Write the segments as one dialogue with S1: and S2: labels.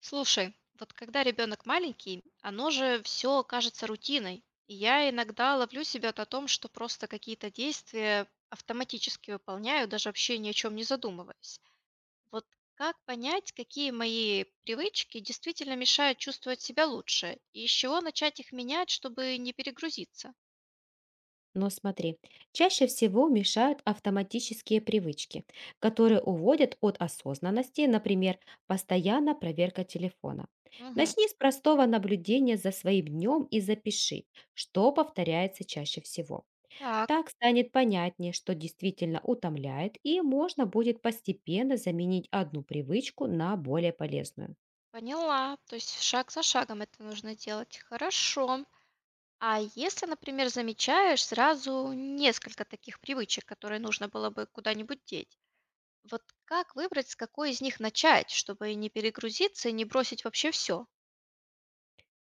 S1: Слушай, вот когда ребенок маленький, оно же все кажется рутиной. И я иногда ловлю себя на том, что просто какие-то действия автоматически выполняю, даже вообще ни о чем не задумываясь. Вот как понять, какие мои привычки действительно мешают чувствовать себя лучше, и с чего начать их менять, чтобы не перегрузиться?
S2: Но смотри, чаще всего мешают автоматические привычки, которые уводят от осознанности, например, постоянно проверка телефона.
S1: Мгм.
S2: Начни с простого наблюдения за своим днем и запиши, что повторяется чаще всего.
S1: Так,
S2: Так станет понятнее, что действительно утомляет, и можно будет постепенно заменить одну привычку на более полезную.
S1: поняла. То есть шаг за шагом это нужно делать. Хорошо. А если, например, замечаешь сразу несколько таких привычек, которые нужно было бы куда-нибудь деть, вот как выбрать, с какой из них начать, чтобы не перегрузиться и не бросить вообще все?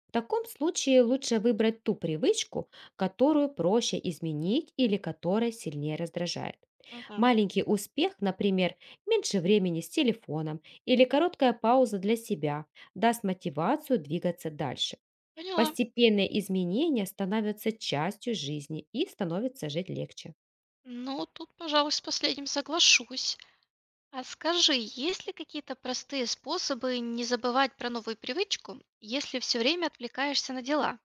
S2: В таком случае лучше выбрать ту привычку, которую проще изменить или которая сильнее раздражает.
S1: Мгм.
S2: Маленький успех, например, меньше времени с телефоном или короткая пауза для себя, даст мотивацию двигаться дальше.
S1: Поняла.
S2: Постепенные изменения становятся частью жизни и становится жить легче.
S1: Ну, тут, пожалуй, с последним соглашусь. А скажи, есть ли какие-то простые способы не забывать про новую привычку, если все время отвлекаешься на дела?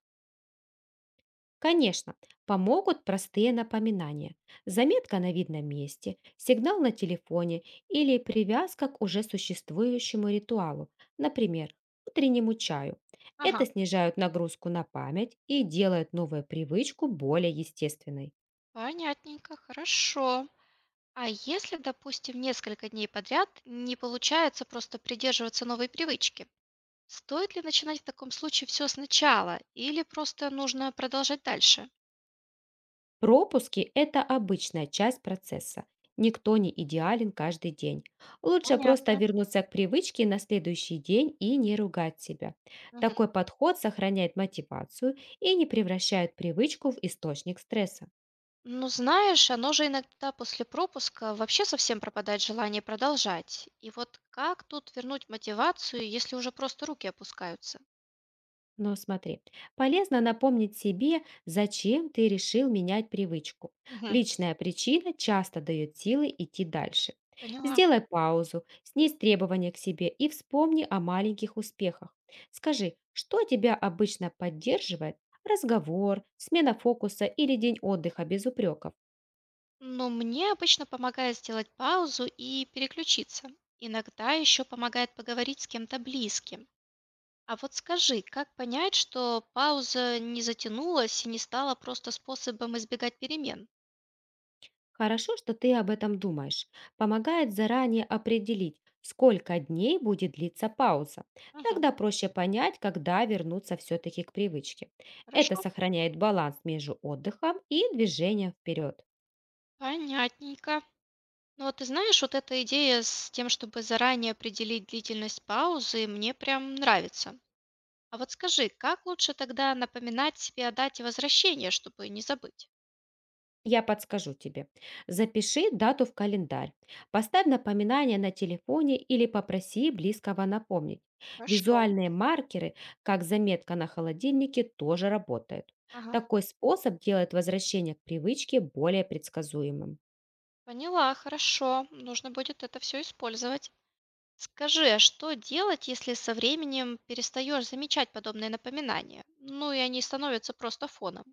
S2: Конечно, помогут простые напоминания. Заметка на видном месте, сигнал на телефоне или привязка к уже существующему ритуалу, например, утреннему чаю. Это
S1: Ага,
S2: снижают нагрузку на память и делает новую привычку более естественной.
S1: понятненько, хорошо. А если, допустим, несколько дней подряд не получается просто придерживаться новой привычки, стоит ли начинать в таком случае все сначала или просто нужно продолжать дальше?
S2: Пропуски– это обычная часть процесса. Никто не идеален каждый день. Лучше просто
S1: Понятно.
S2: вернуться к привычке на следующий день и не ругать себя.
S1: Мгм.
S2: Такой подход сохраняет мотивацию и не превращает привычку в источник стресса.
S1: Ну, знаешь, оно же иногда после пропуска вообще совсем пропадает желание продолжать. И вот как тут вернуть мотивацию, если уже просто руки опускаются?
S2: Но смотри, полезно напомнить себе, зачем ты решил менять привычку.
S1: Мгм.
S2: Личная причина часто дает силы идти дальше.
S1: Поняла.
S2: Сделай паузу, снизь требования к себе и вспомни о маленьких успехах. Скажи, что тебя обычно поддерживает? Разговор, смена фокуса или день отдыха без упреков.
S1: Но мне обычно помогает сделать паузу и переключиться. Иногда еще помогает поговорить с кем-то близким. А вот скажи, как понять, что пауза не затянулась и не стала просто способом избегать перемен?
S2: Хорошо, что ты об этом думаешь. Помогает заранее определить, сколько дней будет длиться пауза.
S1: Мгм.
S2: Тогда проще понять, когда вернуться все-таки к привычке. Это
S1: Хорошо,
S2: сохраняет баланс между отдыхом и движением вперед.
S1: понятненько. Ну вот ты знаешь, вот эта идея с тем, чтобы заранее определить длительность паузы, мне прям нравится. А вот скажи, как лучше тогда напоминать себе о дате возвращения, чтобы не забыть?
S2: Я подскажу тебе. Запиши дату в календарь, поставь напоминание на телефоне или попроси близкого напомнить.
S1: Хорошо.
S2: Визуальные маркеры, как заметка на холодильнике, тоже работают.
S1: Ага,
S2: Такой способ делает возвращение к привычке более предсказуемым.
S1: поняла, хорошо. Нужно будет это все использовать. Скажи, а что делать, если со временем перестаешь замечать подобные напоминания? Ну и они становятся просто фоном.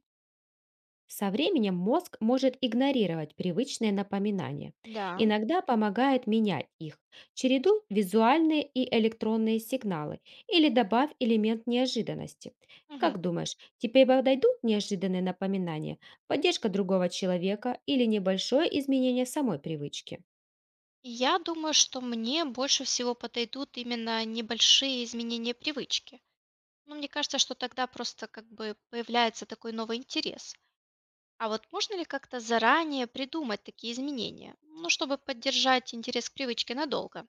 S2: Со временем мозг может игнорировать привычные напоминания.
S1: Да.
S2: Иногда помогает менять их. Чередуй визуальные и электронные сигналы или добавь элемент неожиданности.
S1: Мгм.
S2: Как думаешь, тебе подойдут неожиданные напоминания, поддержка другого человека или небольшое изменение самой привычки?
S1: Я думаю, что мне больше всего подойдут именно небольшие изменения привычки. Ну, мне кажется, что тогда просто как бы появляется такой новый интерес. А вот можно ли как-то заранее придумать такие изменения? Ну, чтобы поддержать интерес к привычке надолго.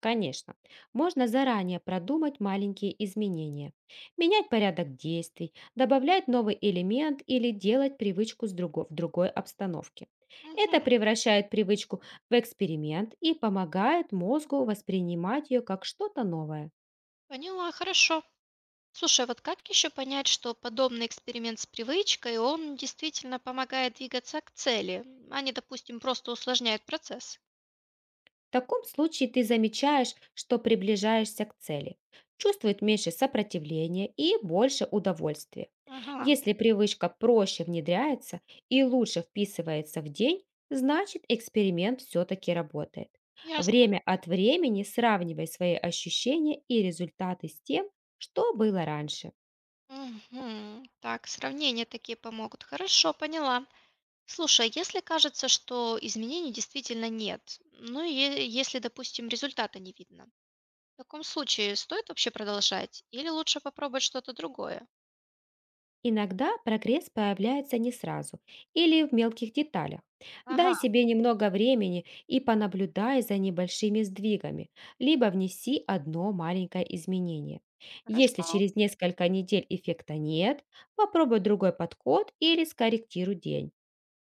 S2: Конечно, можно заранее продумать маленькие изменения, менять порядок действий, добавлять новый элемент или делать привычку в другой обстановке. Это
S1: Мгм.
S2: превращает привычку в эксперимент и помогает мозгу воспринимать ее как что-то новое.
S1: Поняла, хорошо. Слушай, а вот как еще понять, что подобный эксперимент с привычкой, он действительно помогает двигаться к цели, а не, допустим, просто усложняет процесс?
S2: В таком случае ты замечаешь, что приближаешься к цели, чувствует меньше сопротивления и больше удовольствия.
S1: Ага,
S2: Если привычка проще внедряется и лучше вписывается в день, значит эксперимент все-таки работает.
S1: ясно.
S2: Время от времени сравнивай свои ощущения и результаты с тем, что было раньше.
S1: Мгм. Так, сравнения такие помогут. Хорошо, поняла. Слушай, а если кажется, что изменений действительно нет, ну и е- если, допустим, результата не видно, в таком случае стоит вообще продолжать или лучше попробовать что-то другое?
S2: Иногда прогресс появляется не сразу или в мелких деталях. Дай
S1: Ага,
S2: себе немного времени и понаблюдай за небольшими сдвигами, либо внеси одно маленькое изменение. Если
S1: хорошо.
S2: через несколько недель эффекта нет, попробуй другой подход или скорректируй день.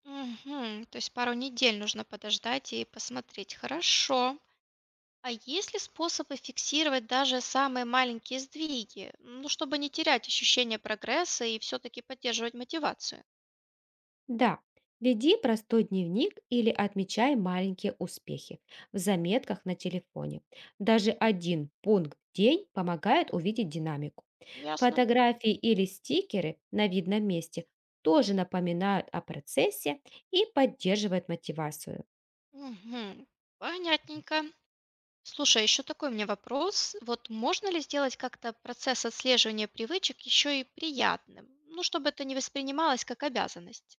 S1: Мгм. То есть пару недель нужно подождать и посмотреть. Хорошо. А есть ли способы фиксировать даже самые маленькие сдвиги, ну, чтобы не терять ощущение прогресса и все-таки поддерживать мотивацию?
S2: Да, веди простой дневник или отмечай маленькие успехи в заметках на телефоне. Даже
S1: М,
S2: один пункт в день помогает увидеть динамику.
S1: ясно.
S2: Фотографии или стикеры на видном месте тоже напоминают о процессе и поддерживают мотивацию.
S1: Мгм. Понятненько. Слушай, еще такой у меня вопрос. Вот можно ли сделать как-то процесс отслеживания привычек еще и приятным? Ну, чтобы это не воспринималось как обязанность.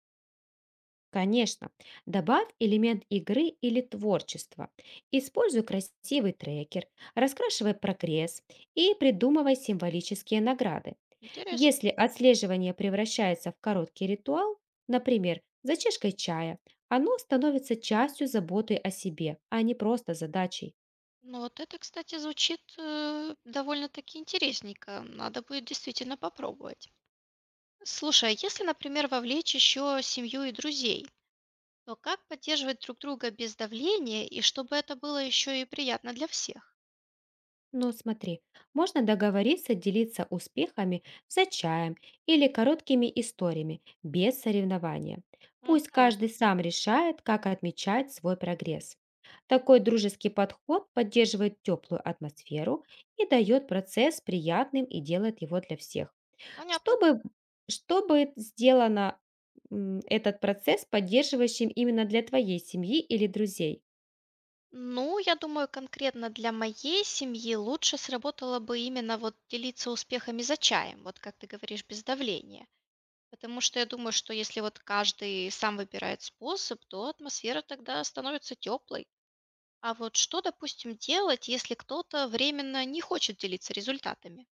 S2: Конечно, добавь элемент игры или творчества. Используй красивый трекер, раскрашивай прогресс и придумывай символические награды.
S1: Интересно.
S2: Если отслеживание превращается в короткий ритуал, например, за чашкой чая, оно становится частью заботы о себе, а не просто задачей.
S1: Ну вот это, кстати, звучит довольно-таки интересненько. Надо будет действительно попробовать. Слушай, а если, например, вовлечь еще семью и друзей, то как поддерживать друг друга без давления и чтобы это было еще и приятно для всех?
S2: Но смотри, можно договориться делиться успехами за чаем или короткими историями, без соревнования. Пусть
S1: Мгм.
S2: каждый сам решает, как отмечать свой прогресс. Такой дружеский подход поддерживает теплую атмосферу и дает процесс приятным и делает его для всех.
S1: Понятно.
S2: Чтобы что сделано, этот процесс поддерживающим именно для твоей семьи или друзей?
S1: Ну, я думаю, конкретно для моей семьи лучше сработало бы именно вот делиться успехами за чаем, вот как ты говоришь, без давления. Потому что я думаю, что если вот каждый сам выбирает способ, то атмосфера тогда становится теплой. А вот что, допустим, делать, если кто-то временно не хочет делиться результатами?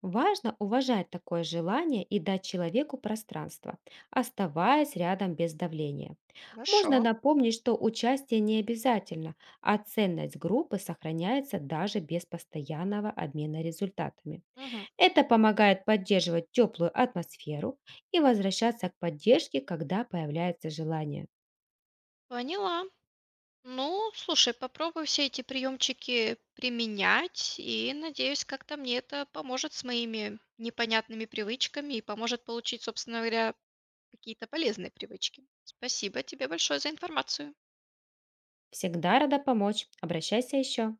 S2: Важно уважать такое желание и дать человеку пространство, оставаясь рядом без давления.
S1: Хорошо.
S2: Можно напомнить, что участие не обязательно, а ценность группы сохраняется даже без постоянного обмена результатами.
S1: Мгм.
S2: Это помогает поддерживать теплую атмосферу и возвращаться к поддержке, когда появляется желание.
S1: Поняла. Ну, слушай, попробую все эти приемчики применять, и надеюсь, как-то мне это поможет с моими непонятными привычками и поможет получить, собственно говоря, какие-то полезные привычки. Спасибо тебе большое за информацию.
S2: Всегда рада помочь. Обращайся еще.